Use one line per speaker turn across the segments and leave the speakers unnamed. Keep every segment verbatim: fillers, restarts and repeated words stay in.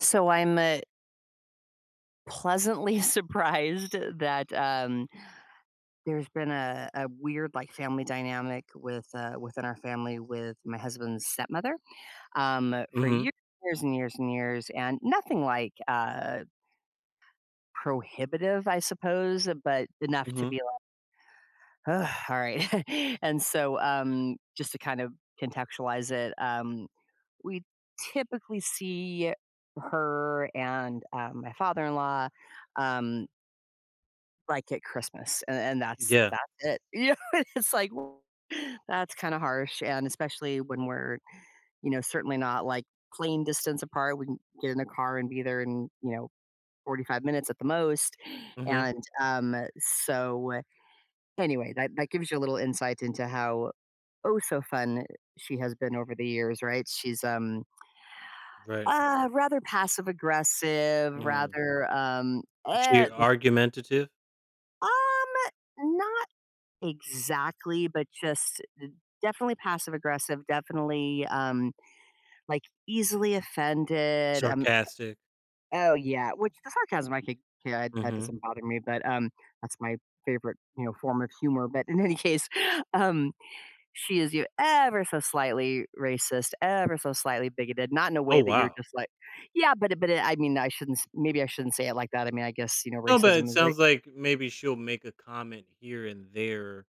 So I'm uh, pleasantly surprised that um, there's been a, a weird like family dynamic with uh, within our family with my husband's stepmother um, for
Mhm,
years, years and years and years, and nothing like uh, prohibitive, I suppose, but enough to
mhm,
be like, "Ugh, all right." And so um, just to kind of contextualize it, um, we typically see her and um, my father-in-law. Um, Like at Christmas, and and that's
yeah,
that's it. You know, it's like, w- that's kinda harsh, and especially when we're, you know, certainly not, like, plane distance apart. We can get in a car and be there in, you know, forty-five minutes at the most,
mhm,
and, um, so, uh, anyway, that that gives you a little insight into how, oh, so fun she has been over the years, right? She's, um,
right,
uh, rather passive aggressive,
mm.
rather, um,
Is she
eh,
argumentative?
um, not exactly, but just uh, definitely passive aggressive, definitely, um, like, easily offended. Um
Sarcastic?
oh, yeah, which the sarcasm I could, yeah, that
Mhm.
doesn't bother me, but, um, that's my favorite, you know, form of humor, but in any case. um, she is, you ever so slightly racist, ever so slightly bigoted, not in a
Oh,
way that you're
wow.
just like. Yeah, but it but it, I mean, I shouldn't s maybe I shouldn't say it like that. I mean, I guess, you know,
No, but it
racism is ra.
sounds like maybe she'll make a comment here and there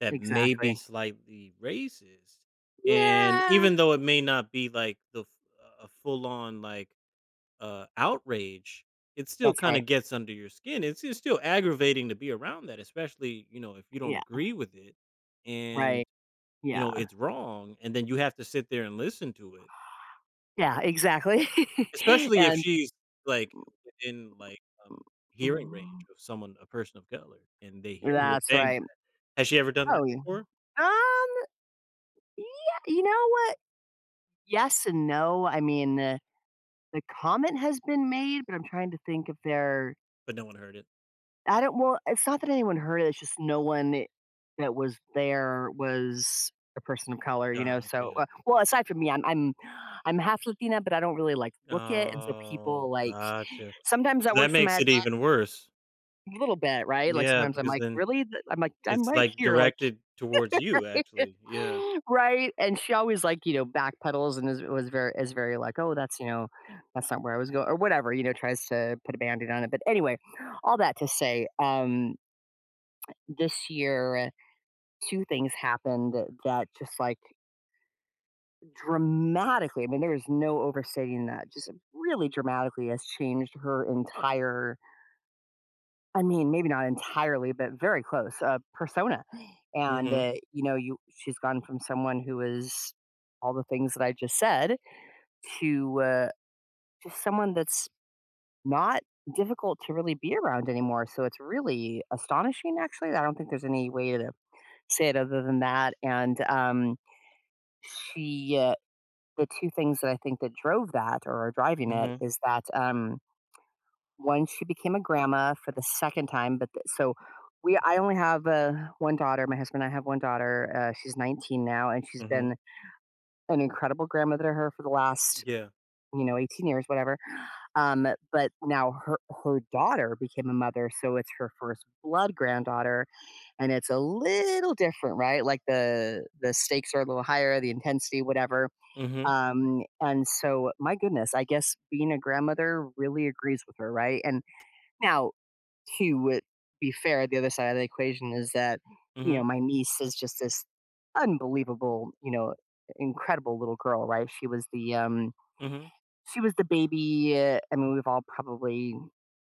that may
Exactly.
be slightly racist, and
Yeah.
even though it may not be like the f a full-on, like, uh, outrage, it still
That's
kinda
right.
gets under your skin, it's it's still aggravating to be around that, especially, you know, if you don't
Yeah.
agree with it, and
Right.
you
Yeah.
know, it's wrong, and then you have to sit there and listen to it,
Yeah, exactly.
especially if
And
she's, like, within, like, um, hearing
mm,
range of someone a person of color, and they hear her
that's
thing.
right.
Has she ever done that
Oh, yeah.
before?
Um, yeah, you know what? Yes and no. I mean, the the comment has been made, but I'm trying to think if there.
But no one heard it.
I don't, well, it's not that anyone heard it, it's just no one that was there was a person of color, you know, so,
Gotcha.
uh well, aside from me, I'm I'm I'm half Latina, but I don't really, like, look it, and so
Oh,
people, like
gotcha.
sometimes
So
that
that
works to my
makes it
advantage
even worse.
a little bit, right? Like,
Yeah,
sometimes I'm
because
like,
then
"Really?" Th I'm like, "I'm
it's,
right
like,
here," like.
directed towards you, actually, yeah.
Right? And she always, like, you know, backpedals and is was very, is very like, "Oh, that's, you know, that's not where I was going or whatever," you know, tries to put a Band-Aid on it. But anyway, all that to say, um, this year, two things happened that just, like, dramatically, I mean, there is no overstating that, just really dramatically has changed her entire, I mean, maybe not entirely, but very close, uh, persona. And,
Mhm,
uh, you know, you she's gone from someone who is all the things that I just said to uh, just someone that's not difficult to really be around anymore. So it's really astonishing, actually. I don't think there's any way to say it other than that. And um, she, uh, the two things that I think that drove that or are driving it
mhm,
is that um, once she became a grandma for the second time, but th so we I only have, uh, one daughter, my husband and I have one daughter, uh, she's nineteen now, and she's
mhm,
been an incredible grandmother to her for the last,
yeah.
you know, eighteen years, whatever, um, but now her her daughter became a mother, so it's her first blood granddaughter, and it's a little different, right? Like, the the stakes are a little higher, the intensity, whatever,
Mhm,
um, and so, my goodness, I guess being a grandmother really agrees with her, right? And now, to what be fair, the other side of the equation is that, you
mhm,
know, my niece is just this unbelievable, you know, incredible little girl, right? She was the um
mhm,
she was the baby. Uh, I mean, we've all probably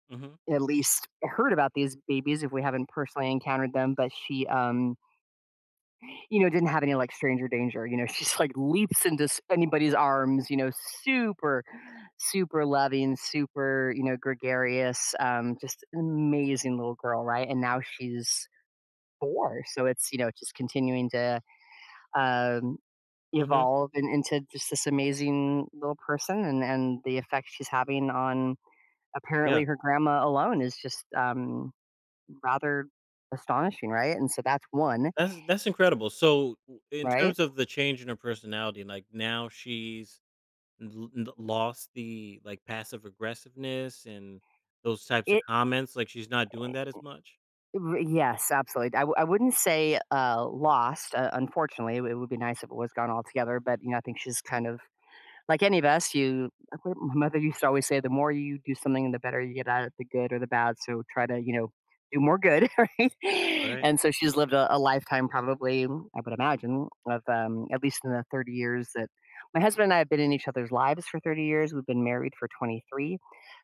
mhm,
at least heard about these babies if we haven't personally encountered them, but she, um you know, didn't have any, like, stranger danger, you know, she's, like, leaps into s anybody's arms, you know, super, super loving, super, you know, gregarious, um, just an amazing little girl, right? And now she's four, so it's, you know, just continuing to, um,
mhm,
evolve and into just this amazing little person, and and the effect she's having on
yeah.
apparently her grandma alone is just, um, rather astonishing, right? And so that's one,
That's that's incredible. So, w- in
right?
terms of the change in her personality, like now she's l- n- lost the like passive aggressiveness and those types of
It,
comments. Like she's not doing that as much,
R yes, absolutely. I w- I wouldn't say, uh, lost, uh, unfortunately, it would be nice if it was gone altogether, but, you know, I think she's kind of like any of us, you like what my mother used to always say, "The more you do something, the better you get at it, the good or the bad." So try to, you know, do more good, right?
right?
And so she's lived a, a lifetime, probably, I would imagine, of um, at least in the thirty years that my husband and I have been in each other's lives for thirty years. We've been married for twenty-three.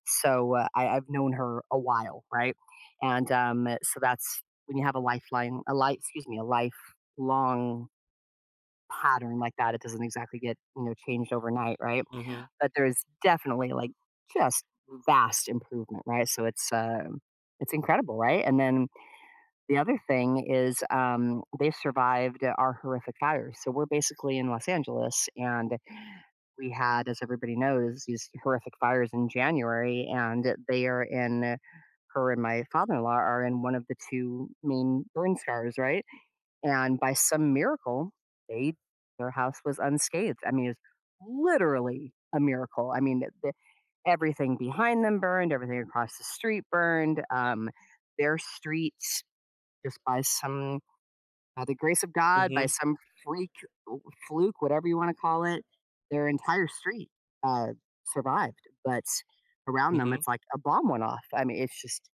So uh, I, I've known her a while, right? And um, so that's, when you have a lifeline, a life, excuse me, a lifelong pattern like that, it doesn't exactly get, you know, changed overnight, right?
Mm-hmm.
But there's definitely, like, just vast improvement, right? So it's, um, it's incredible, right? And then the other thing is, um, they survived our horrific fires. So we're basically in Los Angeles, and we had, as everybody knows, these horrific fires in January, and they are in, her and my father-in-law are in one of the two main burn scars, right? And by some miracle, they their house was unscathed. I mean, it's literally a miracle. I mean, the, everything behind them burned, everything across the street burned. Um, their streets, just by some, by the grace of God, by
Mm-hmm.
some freak, fluke, whatever you want to call it, their entire street uh, survived. But around them,
Mm-hmm.
it's like a bomb went off. I mean, it's just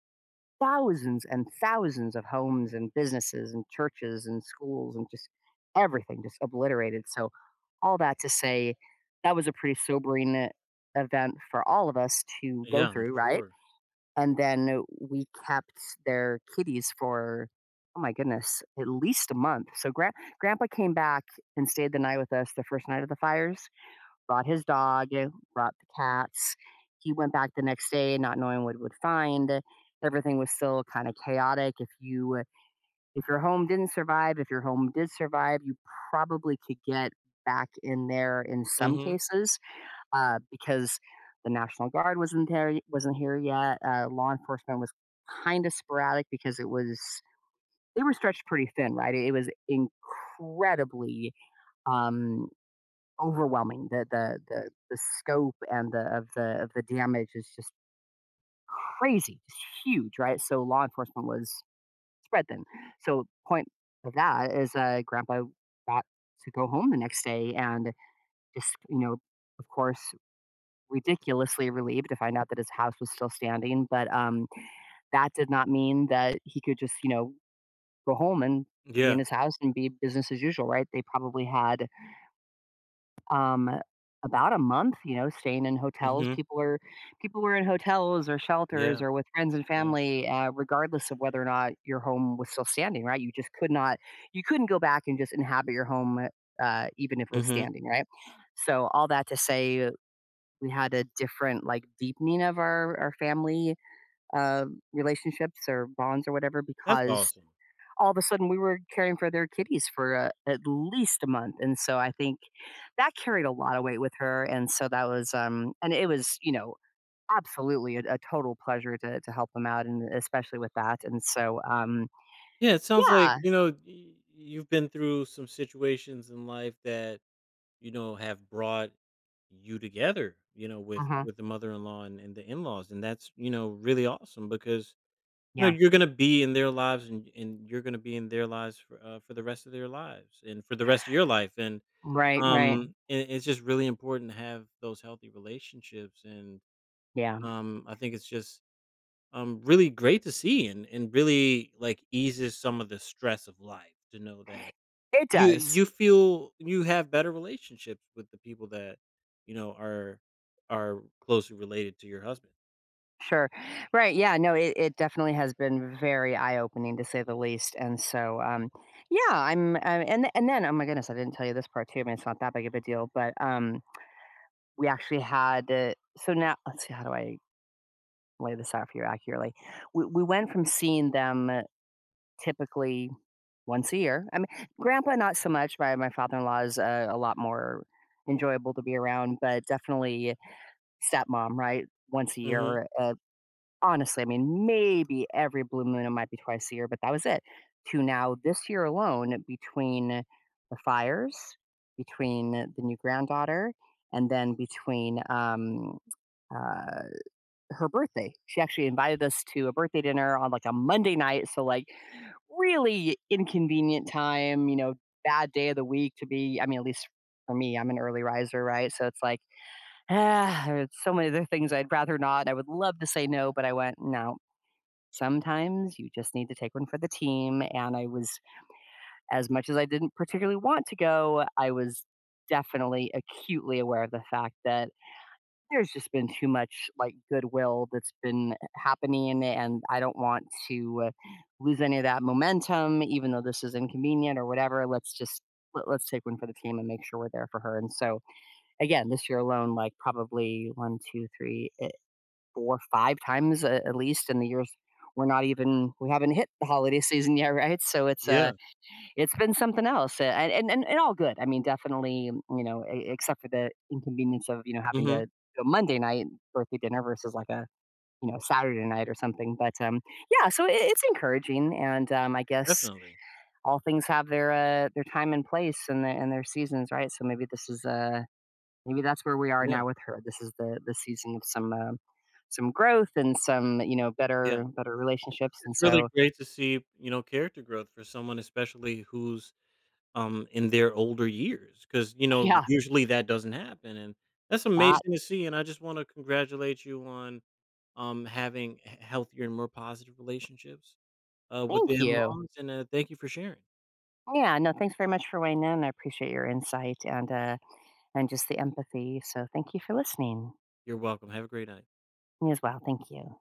thousands and thousands of homes and businesses and churches and schools and just everything just obliterated. So all that to say, that was a pretty sobering event for all of us to go
Yeah, I'm
through, right?
sure.
And then we kept their kitties for, oh my goodness, at least a month. So gran- grandpa came back and stayed the night with us the first night of the fires, brought his dog, brought the cats. He went back the next day, not knowing what he would find. Everything was still kind of chaotic. If you, if your home didn't survive, if your home did survive, you probably could get back in there in some
Mm-hmm.
cases uh, because the National Guard wasn't there, wasn't here yet. Uh, law enforcement was kind of sporadic because it was, they were stretched pretty thin, right? It was incredibly um, overwhelming. The, the the the scope and the of the of the damage is just crazy, it's huge, right? So law enforcement was spread them. So point of that is uh, grandpa got to go home the next day and just, you know, of course, ridiculously relieved to find out that his house was still standing. But um, that did not mean that he could just, you know, go home and be in
Yeah.
his house and be business as usual, right? They probably had um, about a month, you know, staying in hotels.
Mm-hmm.
People were, people were in hotels or shelters
Yeah.
or with friends and
Yeah.
family, uh, regardless of whether or not your home was still standing. Right, you just could not, you couldn't go back and just inhabit your home, uh, even if it was
Mm-hmm.
standing. Right. So all that to say, we had a different like deepening of our our family uh, relationships or bonds or whatever,
That's
because
awesome.
all of a sudden we were caring for their kitties for uh, at least a month, and so i think that carried a lot of weight with her, and so that was, um and it was, you know, absolutely a, a total pleasure to to help them out, and especially with that, and so um
Yeah, it sounds
yeah.
like you know y- you've been through some situations in life that you know, have brought you together, you know, with
Uh-huh.
with the mother-in-law and, and, the in-laws. And that's, you know, really awesome because you
Yeah.
know, you're gonna be in their lives and, and you're gonna be in their lives for uh, for the rest of their lives and for the rest of your life. And
Right, right.
um and it's just really important to have those healthy relationships and
Yeah,
um I think it's just um really great to see and and really like eases some of the stress of life to know that
it
you
does.
you feel you have better relationships with the people that, you know, are are closely related to your husband.
Sure. Right. Yeah, no, it, it definitely has been very eye-opening to say the least, and so um yeah. I'm uh, and and then, oh my goodness, I didn't tell you this part too, I mean, it's not that big of a deal, but um we actually had, uh, so now let's see, how do I lay this out for you accurately. We we went from seeing them uh, typically once a year. I mean, grandpa not so much. My my father in law is uh, a lot more enjoyable to be around, but definitely stepmom, right? Once a
Mhm.
year. Uh, honestly, I mean, maybe every blue moon it might be twice a year, but that was it. To now this year alone, between the fires, between the new granddaughter, and then between um, uh, her birthday. She actually invited us to a birthday dinner on like a Monday night. So, like, really inconvenient time, you know, bad day of the week to be, I mean, at least for me, I'm an early riser, right? So it's like, ah, there's so many other things I'd rather not. I would love to say no, but I went, no. Sometimes you just need to take one for the team. And I was, as much as I didn't particularly want to go, I was definitely acutely aware of the fact that there's just been too much, like, goodwill that's been eh, happening, and I don't want to uh, lose any of that momentum, even though this is inconvenient or whatever. Let's just let, let's take one for the team and make sure we're there for her. And so, again, this year alone, like probably one, two, three, eh, four, five times uh, at least, in the years, we're not even, we haven't hit the holiday season yet, right? So it's a,
Yeah.
it's been something else, uh, and and and and all good. I mean, definitely, you know, e except for the inconvenience of, you know, having
Mhm.
to do a Monday night birthday dinner versus, like, a, you know, Saturday night or something, but, um, yeah, so I it's encouraging, and, um, I guess
Definitely.
all things have their, uh, their time and place and their and their seasons, right? So maybe this is, uh maybe that's where we are
Yeah.
now with her. This is the the season of some, uh, some growth and some, you know,
Yeah.
better, better relationships, and
It's really
so
great to see, you know, character growth for someone, especially who's, um, in their older years because you know,
yeah,
usually that doesn't happen, and that's
that
amazing to see, and I just wanna congratulate you on, um, having h healthier and more positive relationships, uh, with the
thank you.
in-laws, and, uh, thank you for sharing.
Yeah, no, thanks very much for weighing in. I appreciate your insight and, uh, and just the empathy. So thank you for listening.
You're welcome. Have a great night.
Me as well. Thank you.